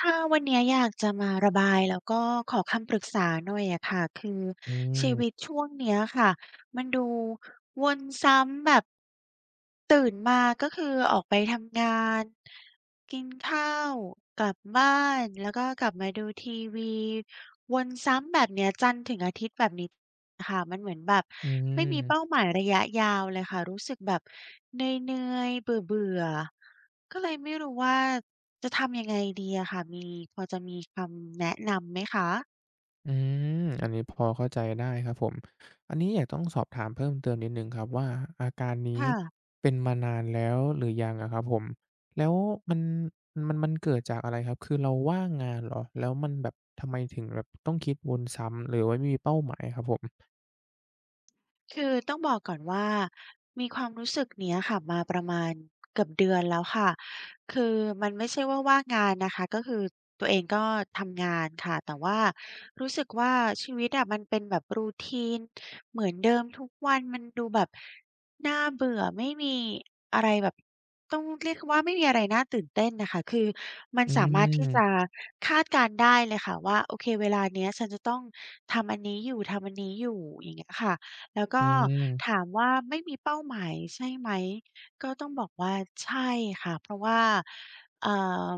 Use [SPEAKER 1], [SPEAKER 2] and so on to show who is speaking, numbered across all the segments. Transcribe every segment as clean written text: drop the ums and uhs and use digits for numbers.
[SPEAKER 1] ค่ะวันเนี้ยอยากจะมาระบายแล้วก็ขอคำปรึกษาหน่อยอะค่ะคือ
[SPEAKER 2] อื
[SPEAKER 1] ชีวิต
[SPEAKER 2] ม
[SPEAKER 1] ช่วงเนี้ยค่ะมันดูวนซ้ำแบบตื่นมาก็คือออกไปทำงาน กินข้าวกลับบ้านแล้วก็กลับมาดูทีวีวนซ้ำแบบเนี้ยจันทร์ถึงอาทิตย์แบบนี้ค่ะมันเหมือนแบบ
[SPEAKER 2] อื
[SPEAKER 1] ไม่มีเป้า
[SPEAKER 2] ม
[SPEAKER 1] หมายระยะยาวเลยค่ะรู้สึกแบบเหนื่อยๆเบื่อๆก็เลยไม่รู้ว่าจะทำยังไงดีอะค่ะพอจะมีคำแนะนำไหมคะ
[SPEAKER 2] อืมอันนี้พอเข้าใจได้ครับผม อันนี้อยากต้องสอบถามเพิ่มเติมนิดหนึ่งครับว่าอาการนี้
[SPEAKER 1] ค่ะ
[SPEAKER 2] เป็นมานานแล้วหรือยังอะครับผมแล้วมันมันเกิดจากอะไรครับคือเราว่างงานเหรอแล้วมันแบบทำไมถึงแบบต้องคิดวนซ้ำหรือว่าไม่มีเป้าหมายครับผม
[SPEAKER 1] คือต้องบอกก่อนว่ามีความรู้สึกเนี้ยค่ะมาประมาณเกือบเดือนแล้วค่ะคือมันไม่ใช่ว่าว่างงานนะคะก็คือตัวเองก็ทำงานค่ะแต่ว่ารู้สึกว่าชีวิตอะมันเป็นแบบรูทีนเหมือนเดิมทุกวันมันดูแบบน่าเบื่อไม่มีอะไรแบบต้องเรียกว่าไม่มีอะไรน่าตื่นเต้นน่ะค่ะคือมัน
[SPEAKER 2] อื
[SPEAKER 1] สามารถ
[SPEAKER 2] ม
[SPEAKER 1] ที่จะคาดการณ์ได้เลยค่ะว่าโอเคเวลาเนี้ยฉันจะต้องทำอันนี้อยู่ทำอันนี้อยู่อย่างเงี้ยค่ะ แล้ว
[SPEAKER 2] อื
[SPEAKER 1] ก็
[SPEAKER 2] ม
[SPEAKER 1] ถามว่าไม่มีเป้าหมายใช่ไหมก็ต้องบอกว่าใช่ค่ะเพราะว่าเอ่อ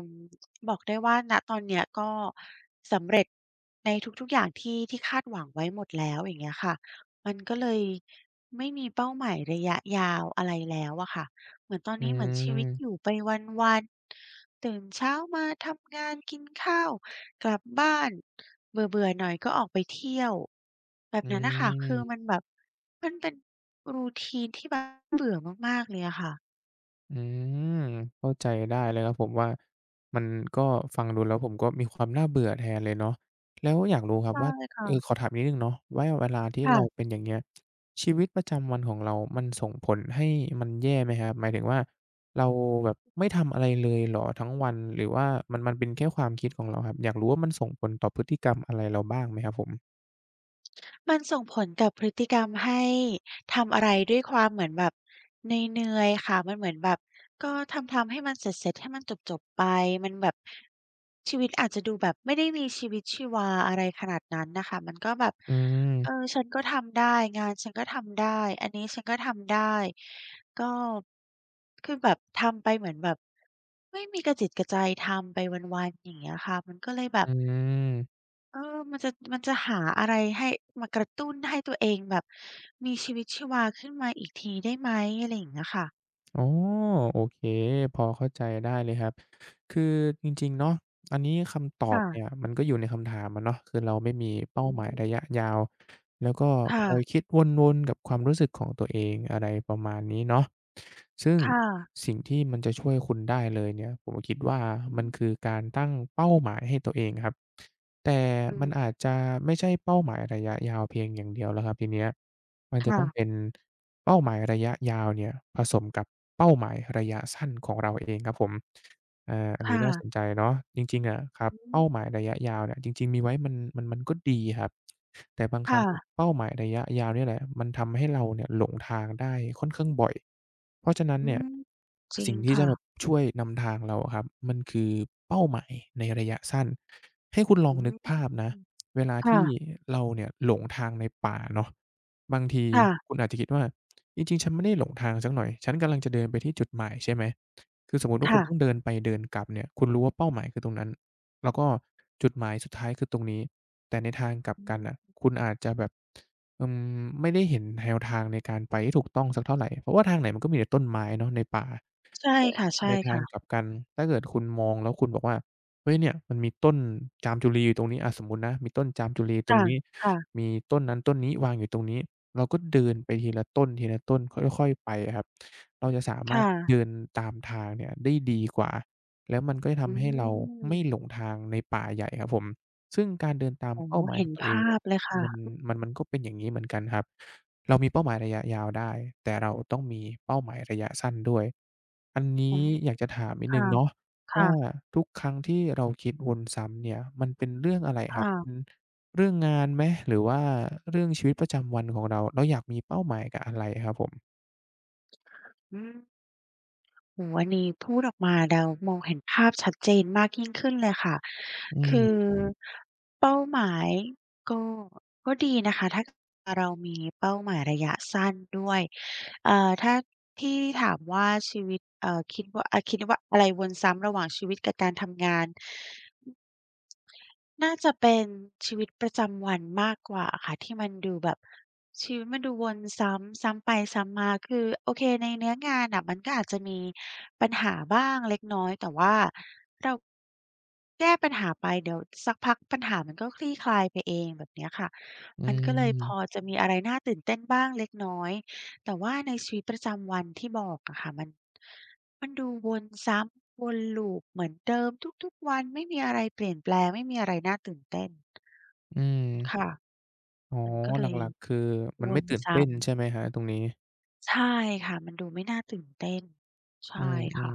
[SPEAKER 1] บอกได้ว่าณตอนเนี้ยก็สำเร็จในทุกๆอย่างที่คาดหวังไว้หมดแล้วอย่างเงี้ยค่ะมันก็เลยไม่มีเป้าหมายระยะยาวอะไรแล้วอะค่ะเหมือนตอน
[SPEAKER 2] อื
[SPEAKER 1] นี้เหมือนชีวิตอยู่
[SPEAKER 2] ม
[SPEAKER 1] ไปวันๆตื่นเช้ามาทำงานกินข้าว กลับบ้านเบื่อๆหน่อยก็ออกไปเที่ยวแบบ
[SPEAKER 2] อื
[SPEAKER 1] นั้นน่ะค่ะคือมั
[SPEAKER 2] ม
[SPEAKER 1] นแบบมันเป็น routine ที่แบบเบื่อมากๆเลยอะค่ะ
[SPEAKER 2] อืมเข้าใจได้เลยครับผมว่ามันก็ฟังดูแล้วผมก็มีความน่าเบื่อแทนเลยเนาะแล้วอยากรู้ครับ
[SPEAKER 1] ใช่
[SPEAKER 2] ว่าเออข
[SPEAKER 1] ค่ะ
[SPEAKER 2] อถามนิดหนึ่งเนาะว่าเวลาที่เรา
[SPEAKER 1] ค่ะ
[SPEAKER 2] เป็นอย่างเงี้ยชีวิตประจำวันของเรามันส่งผลให้มันแย่ไหมครับหมายถึงว่าเราแบบไม่ทำอะไรเลยเหรอทั้งวันหรือว่ามันเป็นแค่ความคิดของเราครับอยากรู้ว่ามันส่งผลต่อพฤติกรรมอะไรเราบ้างไหมครับผม
[SPEAKER 1] มันส่งผลกับพฤติกรรมให้ทำอะไรด้วยความเหมือนแบบเหนื่อยๆค่ะมันเหมือนแบบก็ทำๆให้มันเสร็จๆให้มันจบๆไปมันแบบชีวิตอาจจะดูแบบไม่ได้มีชีวิตชีวาอะไรขนาดนั้นนะคะมันก็แบบ
[SPEAKER 2] อื
[SPEAKER 1] เออ
[SPEAKER 2] ม
[SPEAKER 1] ฉันก็ทำได้งานฉันก็ทำได้อันนี้ฉันก็ทำได้ก็คือแบบทำไปเหมือนแบบไม่มีกระจิตกระใจทำไปวันๆอย่างเงี้ยค่ะมันก็เลยแบ
[SPEAKER 2] อื
[SPEAKER 1] บ
[SPEAKER 2] ม
[SPEAKER 1] เออมันจะมันจะหาอะไรให้มากระตุ้นให้ตัวเองแบบมีชีวิตชีวาขึ้นมาอีกทีได้ไหมอะไรอย่างเงี้ยค่ะ
[SPEAKER 2] อ๋อโอเคพอเข้าใจได้เลยครับคือจริงๆเนาะอันนี้คำตอบเนี่ย
[SPEAKER 1] ค่ะ
[SPEAKER 2] มันก็อยู่ในคำถามอะเนาะคือเราไม่มีเป้า
[SPEAKER 1] อื
[SPEAKER 2] หมาย
[SPEAKER 1] ม
[SPEAKER 2] ระยะยาวแล้วก็ค
[SPEAKER 1] ค่ะ
[SPEAKER 2] อยคิดวนๆกับความรู้สึกของตัวเองอะไรประมาณนี้เนาะซึ่ง
[SPEAKER 1] ค่ะ
[SPEAKER 2] สิ่งที่มันจะช่วยคุณได้เลยเนี่ยผมคิดว่า
[SPEAKER 1] อื
[SPEAKER 2] มันคื
[SPEAKER 1] ม
[SPEAKER 2] อการตั้งเป้าหมายให้ตัวเองครับแต่
[SPEAKER 1] อื
[SPEAKER 2] มันอา
[SPEAKER 1] ม
[SPEAKER 2] จจะไม่ใช่เป้าหมายระยะยาวเพียงอย่างเดียวแล้วครับทีเนี้ยมันจะต้องเป็น
[SPEAKER 1] ค่ะ
[SPEAKER 2] เป้าหมายระยะยาวเนี่ยผสมกับเป้าหมายระยะสั้นของเราเองครับผมอาอันนี้
[SPEAKER 1] ค่ะ
[SPEAKER 2] น่าสนใจเนาะจริงๆอะครับ
[SPEAKER 1] อื
[SPEAKER 2] เป้าหมาย
[SPEAKER 1] ม
[SPEAKER 2] ระยะยาวเนี่ยจริงๆมีไว้มันก็ดีครับ แต่บางครั้ง
[SPEAKER 1] ค่ะ
[SPEAKER 2] เป้าหมายระยะยาวเนี่ยแหละมันทำให้เราเนี่ยหลงทางได้ค่อนข้างบ่อย เพราะฉะนั้น
[SPEAKER 1] อื
[SPEAKER 2] เนี่ย
[SPEAKER 1] มจริ
[SPEAKER 2] สิ่
[SPEAKER 1] ง
[SPEAKER 2] งที่จะ
[SPEAKER 1] ค่ะ
[SPEAKER 2] แบบช่วยนำทางเราอะครับมันคือเป้าหมายในระยะสั้นให้คุณลอ
[SPEAKER 1] อื
[SPEAKER 2] งนึก
[SPEAKER 1] ม
[SPEAKER 2] ภาพนะเวลา
[SPEAKER 1] ค่ะ
[SPEAKER 2] ที่เราเนี่ยหลงทางในป่าเนาะ บางที
[SPEAKER 1] ค่ะ
[SPEAKER 2] คุณอาจจะคิดว่าจริงๆฉันไม่ได้หลงทางสักหน่อยฉันกำลังจะเดินไปที่จุดหมายใช่ไหมคือสมมุติว่าคุ
[SPEAKER 1] ค่ะ
[SPEAKER 2] ณต้องเดินไปเดินกลับเนี่ยคุณรู้ว่าเป้าหมายคือตรงนั้นแล้วก็จุดหมายสุดท้ายคือตรงนี้ แต่ในทางกลับ
[SPEAKER 1] อื
[SPEAKER 2] กันน่ะ
[SPEAKER 1] ม
[SPEAKER 2] คุณอาจจะแบบอืไม่ได้เห็นแนวทางในการไปที่ถูกต้องสักเท่าไรเพราะว่าทางไหนมันก็มีแต่ต้นไม้เนาะในป่า
[SPEAKER 1] ใช่
[SPEAKER 2] แต่
[SPEAKER 1] ค่ะใช่
[SPEAKER 2] ในทาง
[SPEAKER 1] ค่ะ
[SPEAKER 2] กลับกันถ้าเกิดคุณมองแล้วคุณบอกว่าเฮ้ยเนี่ยมันมีต้นจามจุรีอยู่ตรงนี้อะสมมุตินะมีต้นจามจุรีตรง
[SPEAKER 1] ค่ะ
[SPEAKER 2] นี้
[SPEAKER 1] ค่ะ
[SPEAKER 2] มีต้นนั้นต้นนี้วางอยู่ตรงนี้เราก็เดินไปทีละต้นทีละต้นค่อยๆไปอะครับเราจะสามารถ
[SPEAKER 1] ค่ะ
[SPEAKER 2] เดินตามทางเนี่ยได้ดีกว่าแล้วมันก็จะ
[SPEAKER 1] อื
[SPEAKER 2] ทำให้เราไม่หล
[SPEAKER 1] ม
[SPEAKER 2] งทางในป่าใหญ่ครับผมซึ่งการเดินตาม
[SPEAKER 1] โอ้
[SPEAKER 2] เป้า
[SPEAKER 1] โฮ
[SPEAKER 2] หมายข
[SPEAKER 1] เห็
[SPEAKER 2] อ
[SPEAKER 1] น
[SPEAKER 2] งตัวเอง
[SPEAKER 1] ภา
[SPEAKER 2] อะ
[SPEAKER 1] พเลยค่ะ
[SPEAKER 2] มันมันก็เป็นอย่างงี้เหมือนกันครับ เรามีเป้าหมายระยะยาวได้แต่เราต้องมีเป้าหมายระยะสั้นด้วยอัน
[SPEAKER 1] อื
[SPEAKER 2] นี้
[SPEAKER 1] ม
[SPEAKER 2] อยากจะถามนิดห
[SPEAKER 1] ค่ะ
[SPEAKER 2] นึ่งเนาะว่า
[SPEAKER 1] ค่ะ
[SPEAKER 2] ทุกครั้งที่เราคิดวนซ้ำเนี่ยมันเป็นเรื่องอะไรครับเป็น
[SPEAKER 1] ค่ะ
[SPEAKER 2] เรื่องงานไหมหรือว่าเรื่องชีวิตประจำวันของเราเราอยากมีเป้าหมายกับอะไรครับผม
[SPEAKER 1] อืม โอ้โฮอันนี้พูดออกมาแล้วมองเห็นภาพชัดเจนมากยิ่งขึ้นเลยค่ะ
[SPEAKER 2] อืม
[SPEAKER 1] คือเป้าหมายก็ก็ดีนะคะถ้าเรามีเป้าหมายระยะสั้นด้วยถ้าที่ถามว่าชีวิตคิดว่าอะไรวนซ้ำระหว่างชีวิตกับการทำงาน น่าจะเป็นชีวิตประจำวันมากกว่าค่ะที่มันดูแบบชีวิตมันดูวนซ้ำซ้ำไปซ้ำมาคือโอเคในเนื้องานน่ะมันก็อาจจะมีปัญหาบ้างเล็กน้อยแต่ว่าเราแก้ปัญหาไปเดี๋ยวสักพักปัญหามันก็คลี่คลายไปเองแบบเนี้ยค่ะ
[SPEAKER 2] อื
[SPEAKER 1] มันก็เลยพอ
[SPEAKER 2] ม
[SPEAKER 1] จะมีอะไรน่าตื่นเต้นบ้างเล็กน้อย แต่ว่าในชีวิตประจำวันที่บอกอะค่ะมันดูวนซ้ำวน loop เหมือนเดิมทุกๆวันไม่มีอะไรเปลี่ยนแปลงไม่มีอะไรน่าตื่นเต้น
[SPEAKER 2] อืม
[SPEAKER 1] ค่ะ
[SPEAKER 2] อ๋อ
[SPEAKER 1] มันก็เล
[SPEAKER 2] ห
[SPEAKER 1] ย
[SPEAKER 2] ลักๆคือมั
[SPEAKER 1] ว
[SPEAKER 2] นไม่
[SPEAKER 1] น
[SPEAKER 2] ตื่นเต้น
[SPEAKER 1] ซ้ำ
[SPEAKER 2] ใช่ไหมครับตรงนี้
[SPEAKER 1] ใช่ค่ะมันดูไม่น่าตื่นเต้น
[SPEAKER 2] อื
[SPEAKER 1] ใช่ค่ะ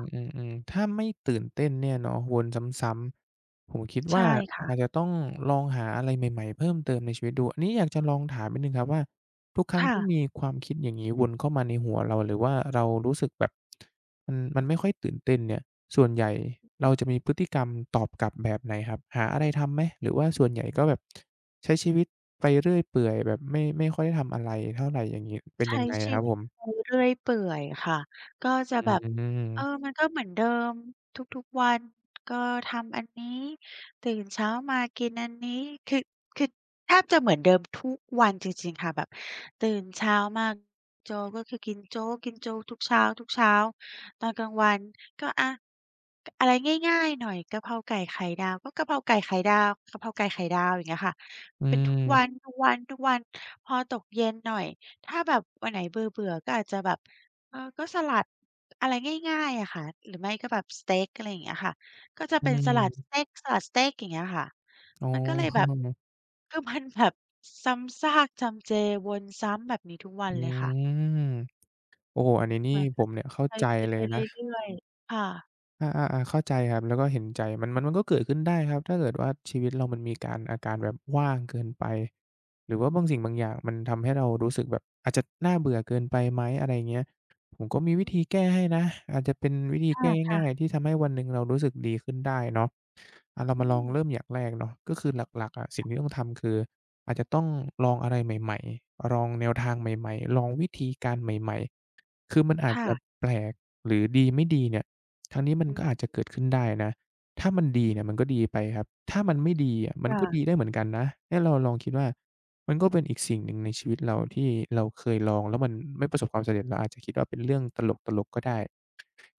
[SPEAKER 2] มๆๆๆถ้าไม่ตื่นเต้นเนี่ยเนาะวนซ้ำๆผมคิด
[SPEAKER 1] ใช่
[SPEAKER 2] ว่าอาจ
[SPEAKER 1] ค่ะ
[SPEAKER 2] จะต้องลองหาอะไรใหม่ๆเพิ่มเติมในชีวิตดูอันนี้อยากจะลองถามนิดหนึ่งครับว่าทุกครั้ง
[SPEAKER 1] ค่ะ
[SPEAKER 2] ที่มีความคิดอย่างงี้วนเข้ามาในหัวเราหรือว่าเรารู้สึกแบบมันไม่ค่อยตื่นเต้นเนี่ยส่วนใหญ่เราจะมีพฤติกรรมตอบกลับแบบไหนครับหาอะไรทำไหมหรือว่าส่วนใหญ่ก็แบบใช้ชีวิตไปเรื่อยเปื่อยแบบไม่ค่อยได้ทำอะไรเท่าไรอย่างงี้เป็นยั
[SPEAKER 1] ใช้
[SPEAKER 2] งไงอะ
[SPEAKER 1] ชี
[SPEAKER 2] ครับ
[SPEAKER 1] วิ
[SPEAKER 2] ผ
[SPEAKER 1] ต
[SPEAKER 2] ม
[SPEAKER 1] ไปเรื่อยเปื่อยค่ะก็จะ
[SPEAKER 2] อื
[SPEAKER 1] แบ
[SPEAKER 2] ม
[SPEAKER 1] บ
[SPEAKER 2] อืม
[SPEAKER 1] เออมันก็เหมือนเดิมทุกๆวันก็ทำอันนี้ตื่นเช้ามากินอันนี้คือคือแทบจะเหมือนเดิมทุกวันจริงๆค่ะแบบตื่นเช้ามาโจ๊กก็คือกินโจ๊กกินโจ๊กทุกเช้าทุกเช้าตอนกลางวันก็อะไรง่ายๆหน่อยกะเพราไก่ไข่ดาวก็กะเพราไก่ไข่ดาวกะเพราไก่ไข่ดาวอย่างเงี้ยค่ะเป็นทุกวันๆๆพอตกเย็นหน่อย ถ้าแบบวันไหนเบื่อๆก็อาจจะแบบเออก็สลัดอะไรง่ายๆอะค่ะหรือไม่ก็แบบสเต็กอะไรอย่างเงี้ยค่ะก็จะ
[SPEAKER 2] อื
[SPEAKER 1] เป็นสลัดส
[SPEAKER 2] ม
[SPEAKER 1] เต็กสลัดสเต็กอย่างเงี้ยค่ะ
[SPEAKER 2] อ๋อ
[SPEAKER 1] มันก็เลยแบบ คือมันแบบซ้ำซากจำเจวนซ้ำแบบนี้ทุกวัน
[SPEAKER 2] อื
[SPEAKER 1] เลยค่ะ
[SPEAKER 2] มโอ้โหอันนี้
[SPEAKER 1] เห
[SPEAKER 2] นี่
[SPEAKER 1] มือน
[SPEAKER 2] ผมเนี่ยเข้า
[SPEAKER 1] ใช้
[SPEAKER 2] ใจ
[SPEAKER 1] ชีวิต
[SPEAKER 2] เล
[SPEAKER 1] ไป
[SPEAKER 2] ย
[SPEAKER 1] เรื
[SPEAKER 2] นะ
[SPEAKER 1] ่อยๆค่ะ
[SPEAKER 2] อาๆๆเข้าใจครับแล้วก็เห็นใจมันก็เกิดขึ้นได้ครับถ้าเกิดว่าชีวิตเรามันมีการอาการแบบว่างเกินไปหรือว่าบางสิ่งบางอย่างมันทำให้เรารู้สึกแบบอาจจะน่าเบื่อเกินไปไหมอะไรอย่างเงี้ยผมก็มีวิ
[SPEAKER 1] อื
[SPEAKER 2] ธี
[SPEAKER 1] ม
[SPEAKER 2] แก้ให้นะอาจจะเป็นวิธีแก้ง่าย
[SPEAKER 1] ค่ะ
[SPEAKER 2] ๆที่ทำให้วันหนึ่งเรารู้สึกดีขึ้นได้เนาะอาเรา
[SPEAKER 1] ๆอื
[SPEAKER 2] มาลอง
[SPEAKER 1] ม
[SPEAKER 2] เริ่มอย่างแรกเนาะก็คือหลักๆอะสิ่งที่ต้องทำคืออาจจะต้องลองอะไรใหม่ๆลองแนวทางใหม่ๆลองวิธีการใหม่ๆคือมันอาจ
[SPEAKER 1] ค่ะ
[SPEAKER 2] จะแปลกหรือดีไม่ดีเนี่ย ครั้งนี้มัน
[SPEAKER 1] อือ
[SPEAKER 2] ก็อาจจะเกิดขึ้นได้นะถ้ามันดี
[SPEAKER 1] ฮึ
[SPEAKER 2] เนี่ยมันก็ดีไปครับ ถ้ามันไม่ดีอะมันก็ดี
[SPEAKER 1] ค่ะ
[SPEAKER 2] ได้เหมือนกันนะให้เราลองคิดว่ามันก็เป็นอีกสิ่งหนึ่งในชีวิตเราที่เราเคยลองแล้วมันไม่ประสบความสำเร็จเราอาจจะคิดว่าเป็นเรื่องตลกๆก็ได้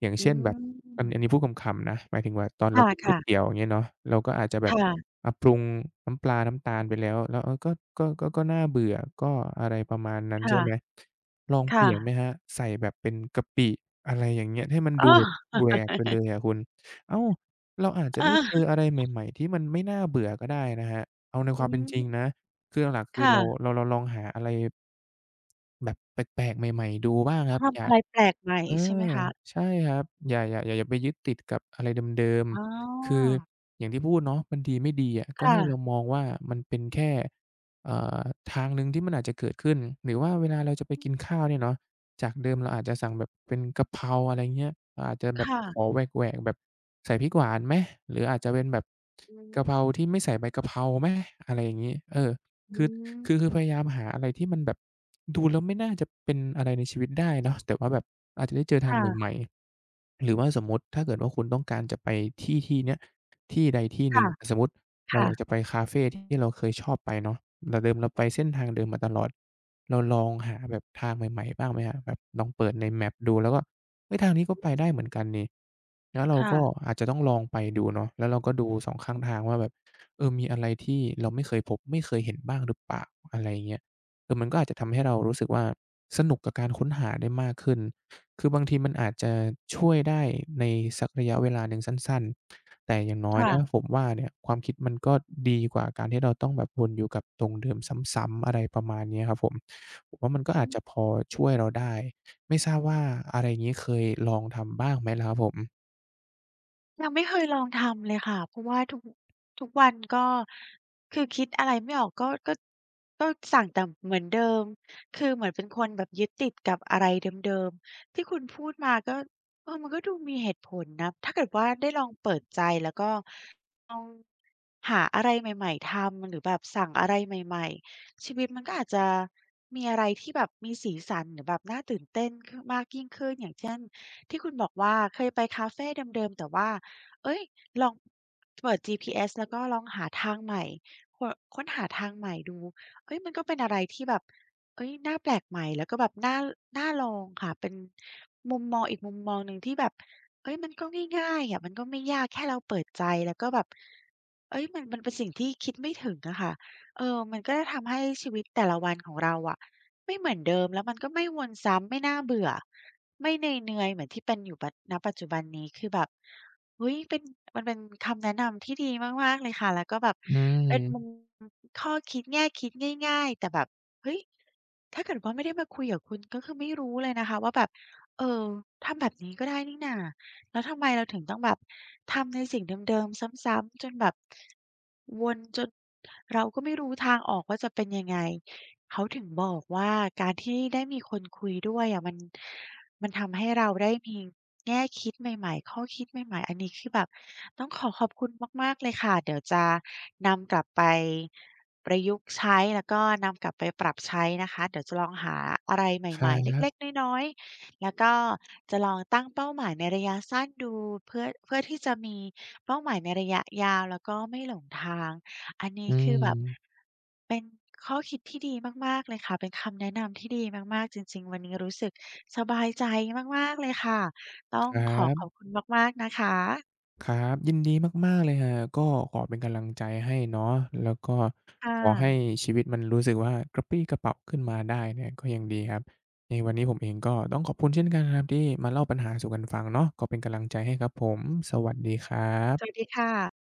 [SPEAKER 2] อย่าง
[SPEAKER 1] อื
[SPEAKER 2] เช่นแบบอันนี้พู
[SPEAKER 1] ม
[SPEAKER 2] ดขำๆนะหมายถึงว่าตอนเรากินก๋วยเตี๋
[SPEAKER 1] ค่ะ
[SPEAKER 2] ยวอย่างเงี้ยเนาะเราก็อาจจะแบ
[SPEAKER 1] ๆ
[SPEAKER 2] บ
[SPEAKER 1] ค่ะ
[SPEAKER 2] อะปรุงน้ำปลาน้ำตาลไปแล้วแล้วเออก็น่าเบื่อก็อะไรประมาณนั้นใช่ไหม
[SPEAKER 1] ค่ะ
[SPEAKER 2] ลองเป
[SPEAKER 1] ค่ะ
[SPEAKER 2] ลี่ยนไหม
[SPEAKER 1] ค่ะ
[SPEAKER 2] ครับใส่แบบเป็นกะปิอะไรอย่างเงี้ยให้มัน
[SPEAKER 1] อ้
[SPEAKER 2] ดูแบบ
[SPEAKER 1] อ
[SPEAKER 2] แหวกไปเลยอะคุณอ้าวเราอาจจะได้เจอ
[SPEAKER 1] เออ
[SPEAKER 2] อะไรใหม่ๆที่มันไม่น่าเบื่อก็ได้นะครับเอาในค
[SPEAKER 1] อื
[SPEAKER 2] วามเป็น
[SPEAKER 1] ม
[SPEAKER 2] จริงนะคือหลักๆคือเรา
[SPEAKER 1] ค่ะ
[SPEAKER 2] เราเราลองหาอะไรแบบแปลกๆใหม่ๆดูบ้างครับอ
[SPEAKER 1] ทำ
[SPEAKER 2] ย่า
[SPEAKER 1] อะไรแปลกใหม่
[SPEAKER 2] เอ
[SPEAKER 1] ใช่ไหม
[SPEAKER 2] อ
[SPEAKER 1] คะ
[SPEAKER 2] ใช่ครับอย่าไปยึดติดกับอะไรเดิม
[SPEAKER 1] อ๋
[SPEAKER 2] ๆคือ
[SPEAKER 1] อ
[SPEAKER 2] อย่างที่พูดเนาะมันดีไม่ดีอะก็ให้เรา
[SPEAKER 1] ค่ะ
[SPEAKER 2] มองว่ามันเป็นแค่เอ่อทางหนึ่งที่มันอาจจะเกิดขึ้นหรือว่าเวลาเราจะไปกินข้าวเนี่ยเนาะจากเดิมเราอาจจะสั่งแบบเป็นกะเพราอะไรเงี้ยเราอาจจะแบบขอ
[SPEAKER 1] ค่ะ
[SPEAKER 2] แหวกๆแบบใส่พริกหวานไหมหรืออาจจะเป็นแบบ
[SPEAKER 1] อื
[SPEAKER 2] กะ
[SPEAKER 1] ม
[SPEAKER 2] เพราที่ไม่ใส่ใบกะเพราไหมอะไรอย่างงี้เออ คือคือ
[SPEAKER 1] อ
[SPEAKER 2] คือพยายามหาอะไรที่มันแบบดูแล้วไม่น่าจะเป็นอะไรในชีวิตได้เนาะแต่ว่าแบบอาจจะได้เจอทางให
[SPEAKER 1] ค่ะ
[SPEAKER 2] ม่ๆหรือว่าสมมุติถ้าเกิดว่าคุณต้องการจะไปที่ที่เนี้ยที่ใดที่หนึ่ง
[SPEAKER 1] ค่ะ
[SPEAKER 2] สมมุติเราอยากจะ
[SPEAKER 1] ค่ะ
[SPEAKER 2] ไปคาเฟที่เราเคยชอบไปเนาะแต่เดิมเราไปเส้นทางเดิมมาตลอดเราลองหาแบบทางใหม่ๆบ้างไหมครับแบบลองเปิดใน Map ดูแล้วก็เฮ้ยทางนี้ก็ไปได้เหมือนกันนี่แล้วเราก็
[SPEAKER 1] ค่ะ
[SPEAKER 2] อาจจะต้องลองไปดูเนาะแล้วเราก็ดูสองข้างทางว่าแบบ เออมีอะไรที่เราไม่เคยพบไม่เคยเห็นบ้างหรือเปล่าอะไรเงี้ยเออมันก็อาจจะทำให้เรารู้สึกว่าสนุกกับการค้นหาได้มากขึ้นคือบางทีมันอาจจะช่วยได้ในสักระยะเวลาหนึ่งสั้นๆ แต่อย่างน้อยนะผ
[SPEAKER 1] ค่ะ
[SPEAKER 2] มว่าเนี่ยความคิดมันก็ดีกว่าการที่เราต้องแบบวนอยู่กับตรงเดิมซ้ำๆอะไรประมาณเนี้ยครับผมผมว่ามันก็อาจจะพอช่วยเราได้ไม่ทราบว่าอะไรอย่างงี้เคยลองทำบ้างไหมล่ะครับผม
[SPEAKER 1] ยังไม่เคยลองทำเลยค่ะ เพราะว่าทุกวันก็คือคิดอะไรไม่ออกก็สั่งแต่เหมือนเดิมคือเหมือนเป็นคนแบบยึดติดกับอะไรเดิมๆที่คุณพูดมาก็เออมันก็ดูมีเหตุผลนะถ้าเกิดว่าได้ลองเปิดใจแล้วก็ลองหาอะไรใหม่ๆทำหรือแบบสั่งอะไรใหม่ๆชีวิตมันก็อาจจะมีอะไรที่แบบมีสีสันหรือแบบน่าตื่นเต้นขมากยิ่งขึ้นอย่างเช่นที่คุณบอกว่าเคยไปคาเฟเดิมๆแต่ว่า เอ้ยลองเปิด GPS แล้วก็ลองหาทางใหม่คค้นหาทางใหม่ดูเฮ้ยมันก็เป็นอะไรที่แบบเฮ้ยน่าแปลกใหม่แล้วก็แบบน่าลองค่ะเป็นมุมมองอีกมุมมองหนึ่งที่แบบเฮ้ยมันก็ง่ายๆอะมันก็ไม่ยากแค่เราเปิดใจแล้วก็แบบเฮ้ยมันเป็นสิ่งที่คิดไม่ถึงอะค่ะเออมันก็จะทำให้ชีวิตแต่ละวันของเราอะ ไม่เหมือนเดิมแล้วมันก็ไม่วนซ้ำไม่น่าเบื่อไม่เนือยๆเหมือนที่เป็นอยู่ปัจจุบันนี้คือแบบเฮ้ยเป็นมันเป็นคำแนะนำที่ดีมากๆเลยค่ะแล้วก็แบบ
[SPEAKER 2] อื
[SPEAKER 1] เป็น
[SPEAKER 2] ม
[SPEAKER 1] ข้อคิดแง่คิดง่ายๆแต่แบบเฮ้ยถ้าเกิดว่าไม่ได้มาคุยกับคุณก็คือไม่รู้เลยนะคะว่าแบบเออทำแบบนี้ก็ได้นี่นาแล้วทำไมเราถึงต้องแบบทำในสิ่งเดิมๆซ้ำๆจนแบบวนจนเราก็ไม่รู้ทางออกว่าจะเป็นยังไง เขาถึงบอกว่าการที่ได้มีคนคุยด้วยอะมันทำให้เราได้มีแง่คิดใหม่ๆข้อคิดใหม่ๆอันนี้คือแบบต้องขอขอบคุณมากๆเลยค่ะเดี๋ยวจะนำกลับไปประยุกต์ใช้แล้วก็นำกลับไปปรับใช้นะคะเดี๋ยวจะลองหาอะไร
[SPEAKER 2] คร
[SPEAKER 1] ใหม่ๆ
[SPEAKER 2] ั
[SPEAKER 1] เล็ก
[SPEAKER 2] บ
[SPEAKER 1] ๆน้อยๆแล้วก็จะลองตั้งเป้าหมายในระยะสั้นดูเพื่อที่จะมีเป้าหมายในระยะยาวแล้วก็ไม่หลงทาง อัน
[SPEAKER 2] อื
[SPEAKER 1] นี้คือแบบ
[SPEAKER 2] ม
[SPEAKER 1] เป็นข้อคิดที่ดีมากๆเลยค่ะเป็นคำแนะนำที่ดีมากๆจริงๆวันนี้รู้สึกสบายใจมากๆเลยค่ะต้อง
[SPEAKER 2] ครั
[SPEAKER 1] ขอขอ
[SPEAKER 2] บ
[SPEAKER 1] บคุณมากๆนะคะ
[SPEAKER 2] ครับยินดีมากๆเลยครับก็ขอเป็นกำลังใจให้เนาะแล้วก็
[SPEAKER 1] ค่ะ
[SPEAKER 2] ขอให้ชีวิตมันรู้สึกว่ากระปรี้กระเปร่าขึ้นมาได้เนี่ยก็ยังดีครับในวันนี้ผมเองก็ต้องขอบคุณเช่นกันครับที่มาเล่าปัญหาสู่กันฟังเนาะก็เป็นกำลังใจให้ครับผมสวัสดีครั
[SPEAKER 1] สวัส
[SPEAKER 2] บ
[SPEAKER 1] ดีค่ะ